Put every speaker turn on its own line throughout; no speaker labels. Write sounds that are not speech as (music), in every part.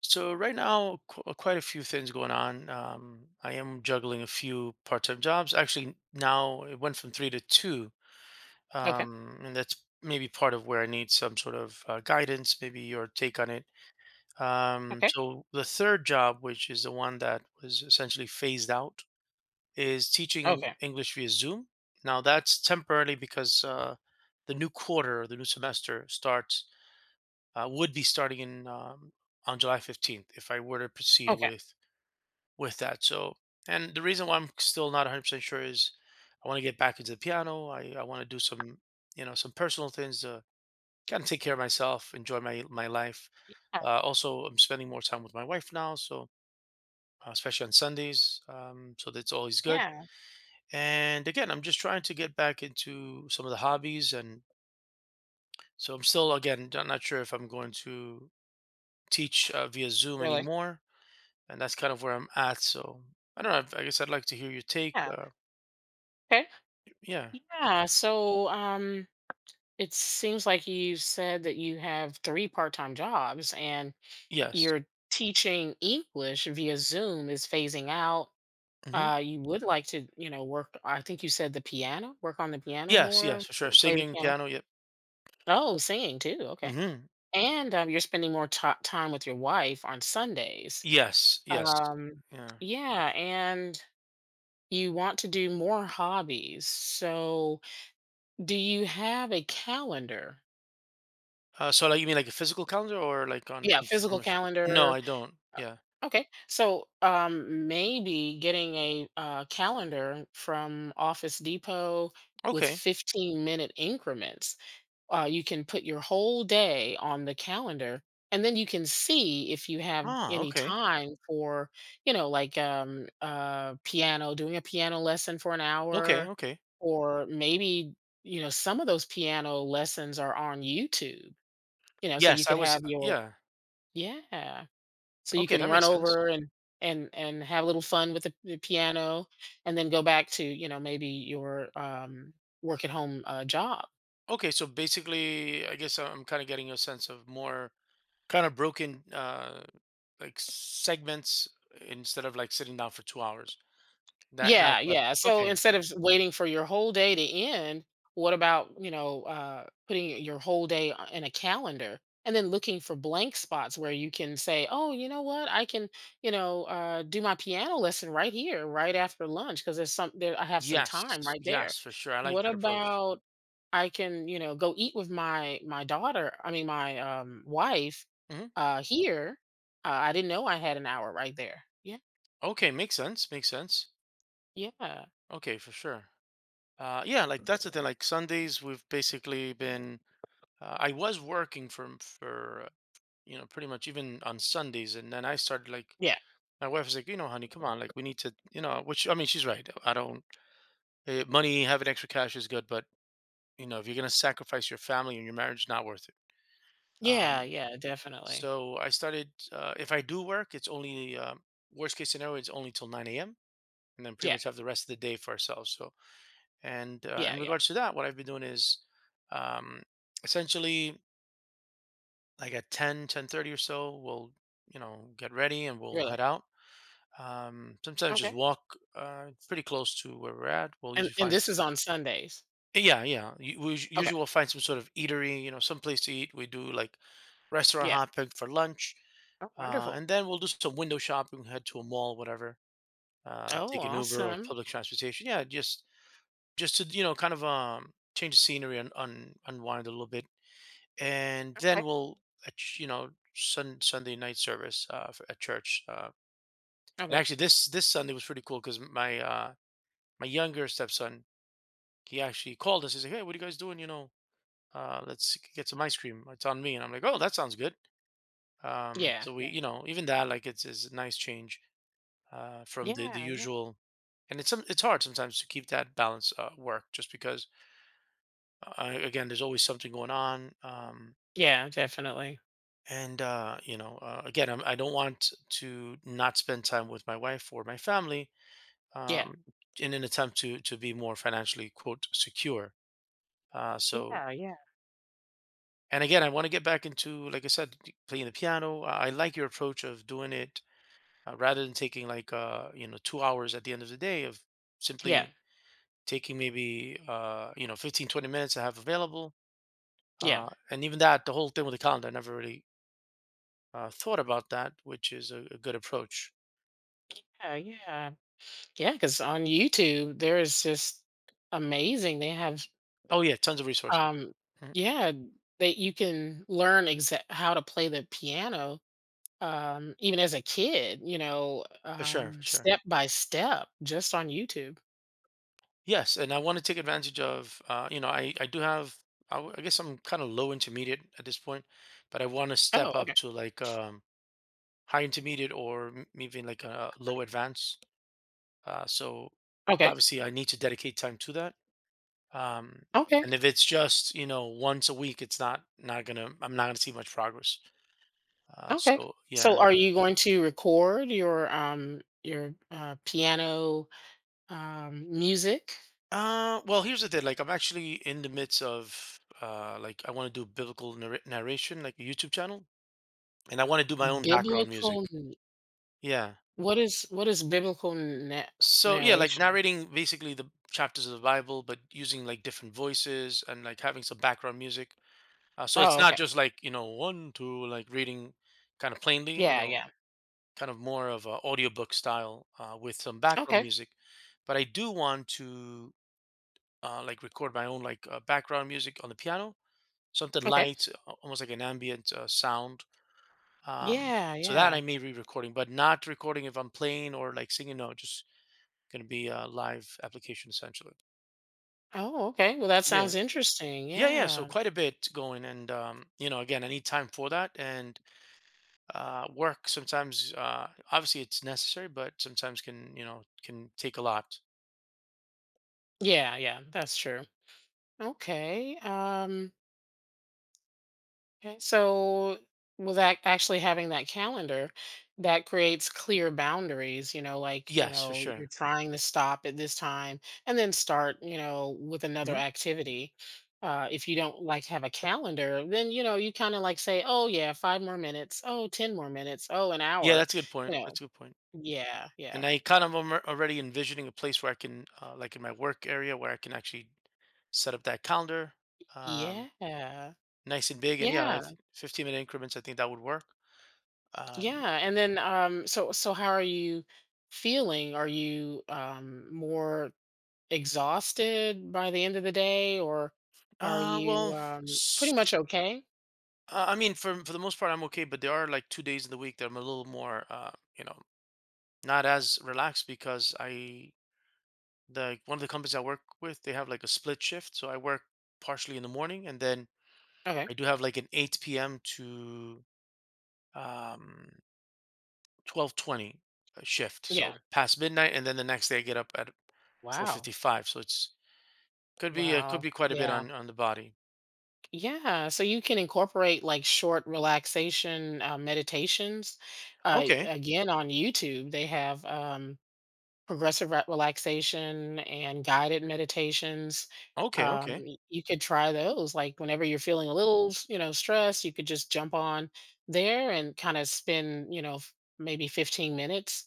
So right now, quite a few things going on. I am juggling a few part-time jobs. Actually, now it went from three to two,
Okay,
and that's maybe part of where I need some sort of guidance, maybe your take on it. Um,
okay,
so the third job, which is the one that was essentially phased out, is teaching
okay,
English via Zoom. Now that's temporarily because the new quarter, the new semester starts, would be starting in on July 15th if I were to proceed
okay.
with that. So, and the reason why I'm still not 100% sure is I want to get back into the piano. I want to do some, some personal things to kind of take care of myself, enjoy my life.
Yeah,
Also, I'm spending more time with my wife now, so especially on Sundays, so that's always good.
yeah,
And again, I'm just trying to get back into some of the hobbies, and so I'm still again not sure if I'm going to teach via Zoom
really.
anymore, and that's kind of where I'm at. So I don't know. I guess I'd like to hear your take.
Yeah, okay.
Yeah.
Yeah, so it seems like you said that you have three part-time jobs and
Yes.
your teaching English via Zoom is phasing out.
Mhm.
You would like to, you know, work I think you said the piano, work on the piano
Yes, yes,
more,
for sure.
play the
Singing,
piano. (laughs)
piano, yep.
Oh, singing too. Okay.
Mhm.
And you're spending more ti time with your wife on Sundays.
Yes, yes.
Um
Yeah.
yeah, and you want to do more hobbies. So, do you have a calendar?
Like, you mean like a physical calendar or like on
Yeah,
on f on
physical
a f No,
calendar.
I don't. Yeah.
Okay. So, maybe getting a calendar from Office Depot with
Okay.
15-minute increments, you can put your whole day on the calendar and then you can see if you have
Ah,
any
okay.
time for, you know, like piano, doing a piano lesson for an
Okay,
hour,
okay.
or maybe, you know, some of those piano lessons are on YouTube, you know, so you
Yes, I
could
was,
have your
yeah.
yeah so you
Okay,
can
that
run
makes sense.
over and and have a little fun with the piano and then go back to, you know, maybe your work at home job.
Okay, so basically, I guess I'm kinda getting a sense of more kinda broken, like, segments instead of, like, sitting down for 2 hours. That
Yeah,
that's that
yeah.
appro-
So
Okay.
instead of s waiting for your whole day to end, what about, you know, putting your whole day o in a calendar and then looking for blank spots where you can say, "Oh, you know what? I can, you know, do my piano lesson right here, right after lunch, because there's some there I have some
Yes,
time right there."
yes, for sure. I like
What
that approach.
about I can, you know, go eat with my daughter I mean, my, wife,
Mhm.
here? I didn't know I had an hour right there. Yeah,
Okay, makes sense, makes sense.
yeah.
Okay, for sure. Yeah, like that's the thing. Like Sundays, we've basically been. I was working from for, you know, pretty much even on Sundays, and then I started, like,
Yeah.
my wife was like, you know, honey, come on, like we need to, you know, which, I mean, she's right. I don't money, having extra cash is good, but you know, if you're gonna sacrifice your family and your marriage, not worth it.
Yeah,
Um,
yeah, definitely.
so I started. If I do work, it's only, worst case scenario, it's only till nine a.m. and then pretty
Yeah,
much have the rest of the day for ourselves. So and
yeah,
in
yeah,
regards to that, what I've been doing is, um, essentially, like at 10:30 or so, we'll, you know, get ready and we'll
really.
head out. Sometimes just
Okay.
walk pretty close to where we're at. We'll usually
And
find,
this
s-
is on Sundays?
Yeah, yeah. u- We us-
Okay,
usually will find some sort of eatery, you know, some place to eat. We do like restaurant
yeah.
hopping for lunch.
Oh, wonderful.
And then we'll do some window shopping, head to a mall, whatever.
Oh,
Take an Uber or
awesome.
public transportation. Yeah, just to, you know, kind of change the scenery and unwind a little bit, and then
Okay,
we'll you know, Sunday night service at church. And
okay.
actually, this Sunday was pretty cool because my my younger stepson, he actually called us. He's like, hey, what are you guys doing, you know, let's get some ice cream, it's on me. And I'm like, oh, that sounds good.
Yeah,
So, we,
yeah.
you know, even that, like, is a nice change from the
Yeah, yeah.
usual. And it's hard sometimes to keep that balance work, just because, again, there's always something going on.
Yeah, definitely.
And, you know, again, I don't want to not spend time with my wife or my family,
Yeah.
um, in an attempt to, be more financially, quote, secure. So,
Yeah, yeah.
and again, I want to get back into, like I said, playing the piano. I like your approach of doing it rather than taking, like, you know, 2 hours at the end of the day of
Yeah,
simply taking maybe, you know, 15, 20 minutes I have available.
yeah.
And even that, the whole thing with the calendar, I never really thought about that, which is a good approach.
Yeah, yeah. Because on YouTube, there is just amazing, they have,
Oh yeah, tons of resources.
um
Mhm.
yeah, that you can learn exa how to play the piano, even as a kid, you know,
For sure, for sure.
step by step just on YouTube.
Yes, and I want to take advantage of. You know, I do have. I guess I'm kind of low intermediate at this point, but I want to step
Oh,
up
okay.
to like, high intermediate or even like a low advanced. So
Okay.
obviously, I need to dedicate time to that. Um,
Okay.
and if it's just, you know, once a week, it's not gonna. I'm not gonna see much progress.
Okay.
So
So
yeah.
are you going to record your piano music?
Well, here's the thing. Like, I'm actually in the midst of, like, I want to do biblical narration, like a YouTube channel, and I want to do my own background music.
Biblical n-
Yeah.
what is what is
So yeah, like
narration?
narrating basically the chapters of the Bible, but using like different voices and like having some background music. So it's
Oh,
not
okay.
just like, you know, one two like reading kind of plainly, you
Yeah,
know,
yeah.
kind of more of a audiobook style with some background
Okay.
music. But I do want to, like, record my own, like, background music on the piano, something
Okay.
light, almost like an ambient sound. Um,
Yeah,
so that
yeah.
I may be recording, but not recording if I'm playing or like singing. No, just going to be a live application essentially.
Oh, okay. Well, that sounds
Yeah.
interesting.
Yeah, yeah. So
Yeah.
quite a bit going, and, you know, again, I need time for that, and work sometimes. Obviously, it's necessary, but sometimes can, you know, can take a lot.
Yeah, yeah. That's true. Okay. Okay, so, with that actually having that calendar, that creates clear boundaries, you know, like, you
Yes, for
know, you're
sure.
trying to stop at this time and then start, you know, with another
Mhm.
activity. If you don't like have a calendar, then, you know, you kind of like say, oh, yeah, five more minutes. Oh, 10 more minutes. Oh, an
Yeah,
hour.
that's a good point.
You know,
That's a good point.
yeah, yeah,
And I kind of am already envisioning a place where I can, like in my work area, where I can actually set up that calendar, um,
yeah,
nice and big. And yeah,
yeah,
15-minute increments, I think that would work. Um,
yeah. And then, so, so how are you feeling? Are you, more exhausted by the end of the day, or are you
well,
pretty
s-
much okay?
I mean, for the most part, I'm okay. But there are like 2 days in the week that I'm a little more, you know, not as relaxed because I the one of the companies I work with, they have like a split shift, so I work partially in the morning, and then
Okay.
I do have like an 8 p.m. to um 12:20 shift,
Yeah.
so past midnight, and then the next day I get up at
Wow.
4:55. So it's, could
Wow.
be quite a bit
Yeah.
on the body.
Yeah. So you can incorporate like short relaxation meditations.
Okay,
Again, on YouTube, they have, progressive relaxation and guided meditations.
okay, okay,
You could try those. Like whenever you're feeling a little, you know, stressed, you could just jump on there and kind of spend, you know, maybe 15 minutes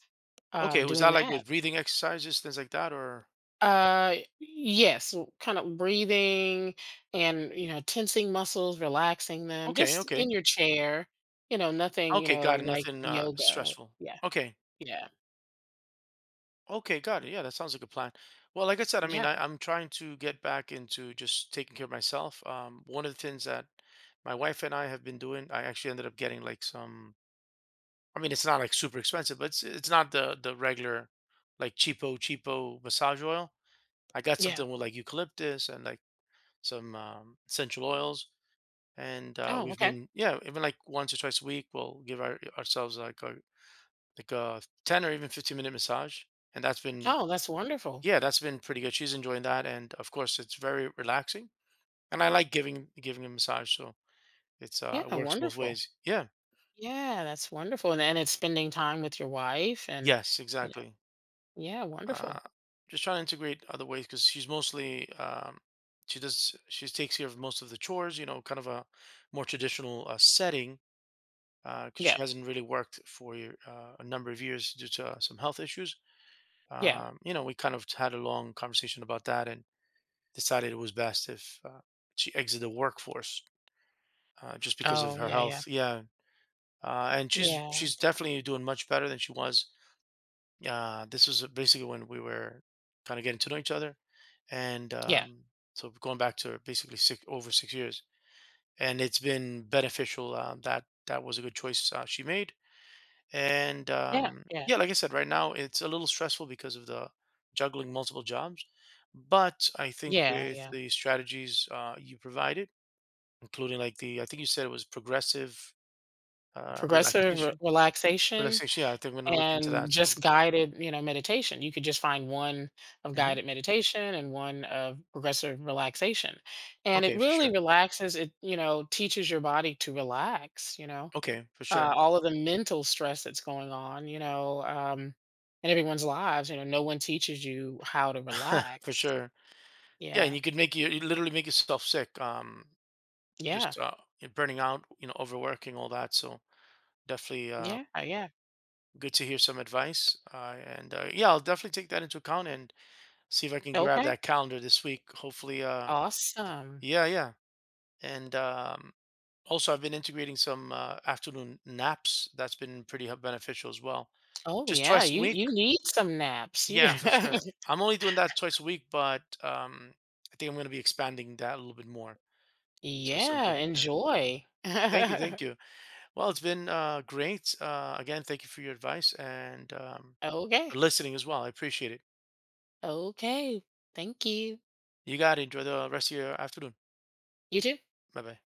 okay. Was
doing
that like
that.
with breathing exercises, things like that, or
Yes, kind of breathing and, you know, tensing muscles, relaxing them,
okay,
just in
okay,
your chair. You know, nothing. You
okay?
know,
Got it.
like
Nothing
yoga.
stressful.
Yeah,
Okay,
yeah,
okay, got it. Yeah, that sounds like a plan. Well, like I said, I mean,
yeah,
I'm trying to get back into just taking care of myself. One of the things that my wife and I have been doing, I actually ended up getting like some, I mean, it's not like super expensive, but it's not the regular like cheapo cheapo massage oil. I got
yeah.
something with like eucalyptus and like some, essential oils, and
Oh,
we've
okay.
been, yeah, even like once or twice a week we'll give ourselves like a ten or even 15 minute massage, and that's been,
Oh, that's wonderful.
yeah, that's been pretty good. She's enjoying that, and of course it's very relaxing, and I like giving a massage, so it's
Yeah,
it works both
wonderful.
ways. Yeah.
Yeah, that's wonderful. And then it's spending time with your wife and
Yes,
you know,
exactly.
yeah, wonderful.
uh, just trying to integrate other ways because she's mostly, she takes care of most of the chores. You know, kind of a more traditional setting because
Yeah,
she hasn't really worked for a number of years due to some health issues.
yeah.
You know, we kind of had a long conversation about that and decided it was best if, she exited the workforce, just because of
Oh,
her
yeah, yeah.
health. Yeah, and
Yeah.
she's definitely doing much better than she was. This was basically when we were kind of getting to know each other, and,
Yeah.
so going back to basically over 6 years, and it's been beneficial. That that was a good choice she made, and,
Yeah. Yeah.
yeah, like I said, right now it's a little stressful because of the juggling multiple jobs, but I think
Yeah.
with
Yeah.
the strategies you provided, including like the, I think you said it was progressive,
Progressive
relaxation,
relaxation
relaxation. Yeah, I think I'm gonna look into
and
that. So,
just guided, you know, meditation. You could just find one of
mhm.
guided meditation and one of progressive relaxation. And it
Okay, for sure.
really relaxes, it, you know, teaches your body to relax, you know.
Okay, for sure.
All of the mental stress that's going on, you know, in everyone's lives, you know, no one teaches you how to
(laughs) For
relax.
sure. Yeah, and
Yeah.
you could you literally make yourself sick.
Yeah.
Just you're burning out, you know, overworking, all that. So definitely,
Yeah. Yeah.
good to hear some advice. And yeah, I'll definitely take that into account and see if I can grab
Okay.
that calendar this week. Hopefully,
Awesome.
yeah, yeah. And, also, I've been integrating some afternoon naps. That's been pretty beneficial as well.
Oh
Just
yeah,
twice a
you
week.
need some naps. You (laughs)
Yeah, for sure. I'm only doing that twice a week, but, I think I'm going to be expanding that a little bit more. So
Yeah,
something. Yeah.
enjoy.
Thank you,
(laughs)
thank you. Well, it's been great. Again, thank you for your advice and,
Okay.
for listening as well. I appreciate it.
Okay. Thank you.
You got to enjoy the rest of your afternoon.
You too.
Bye bye.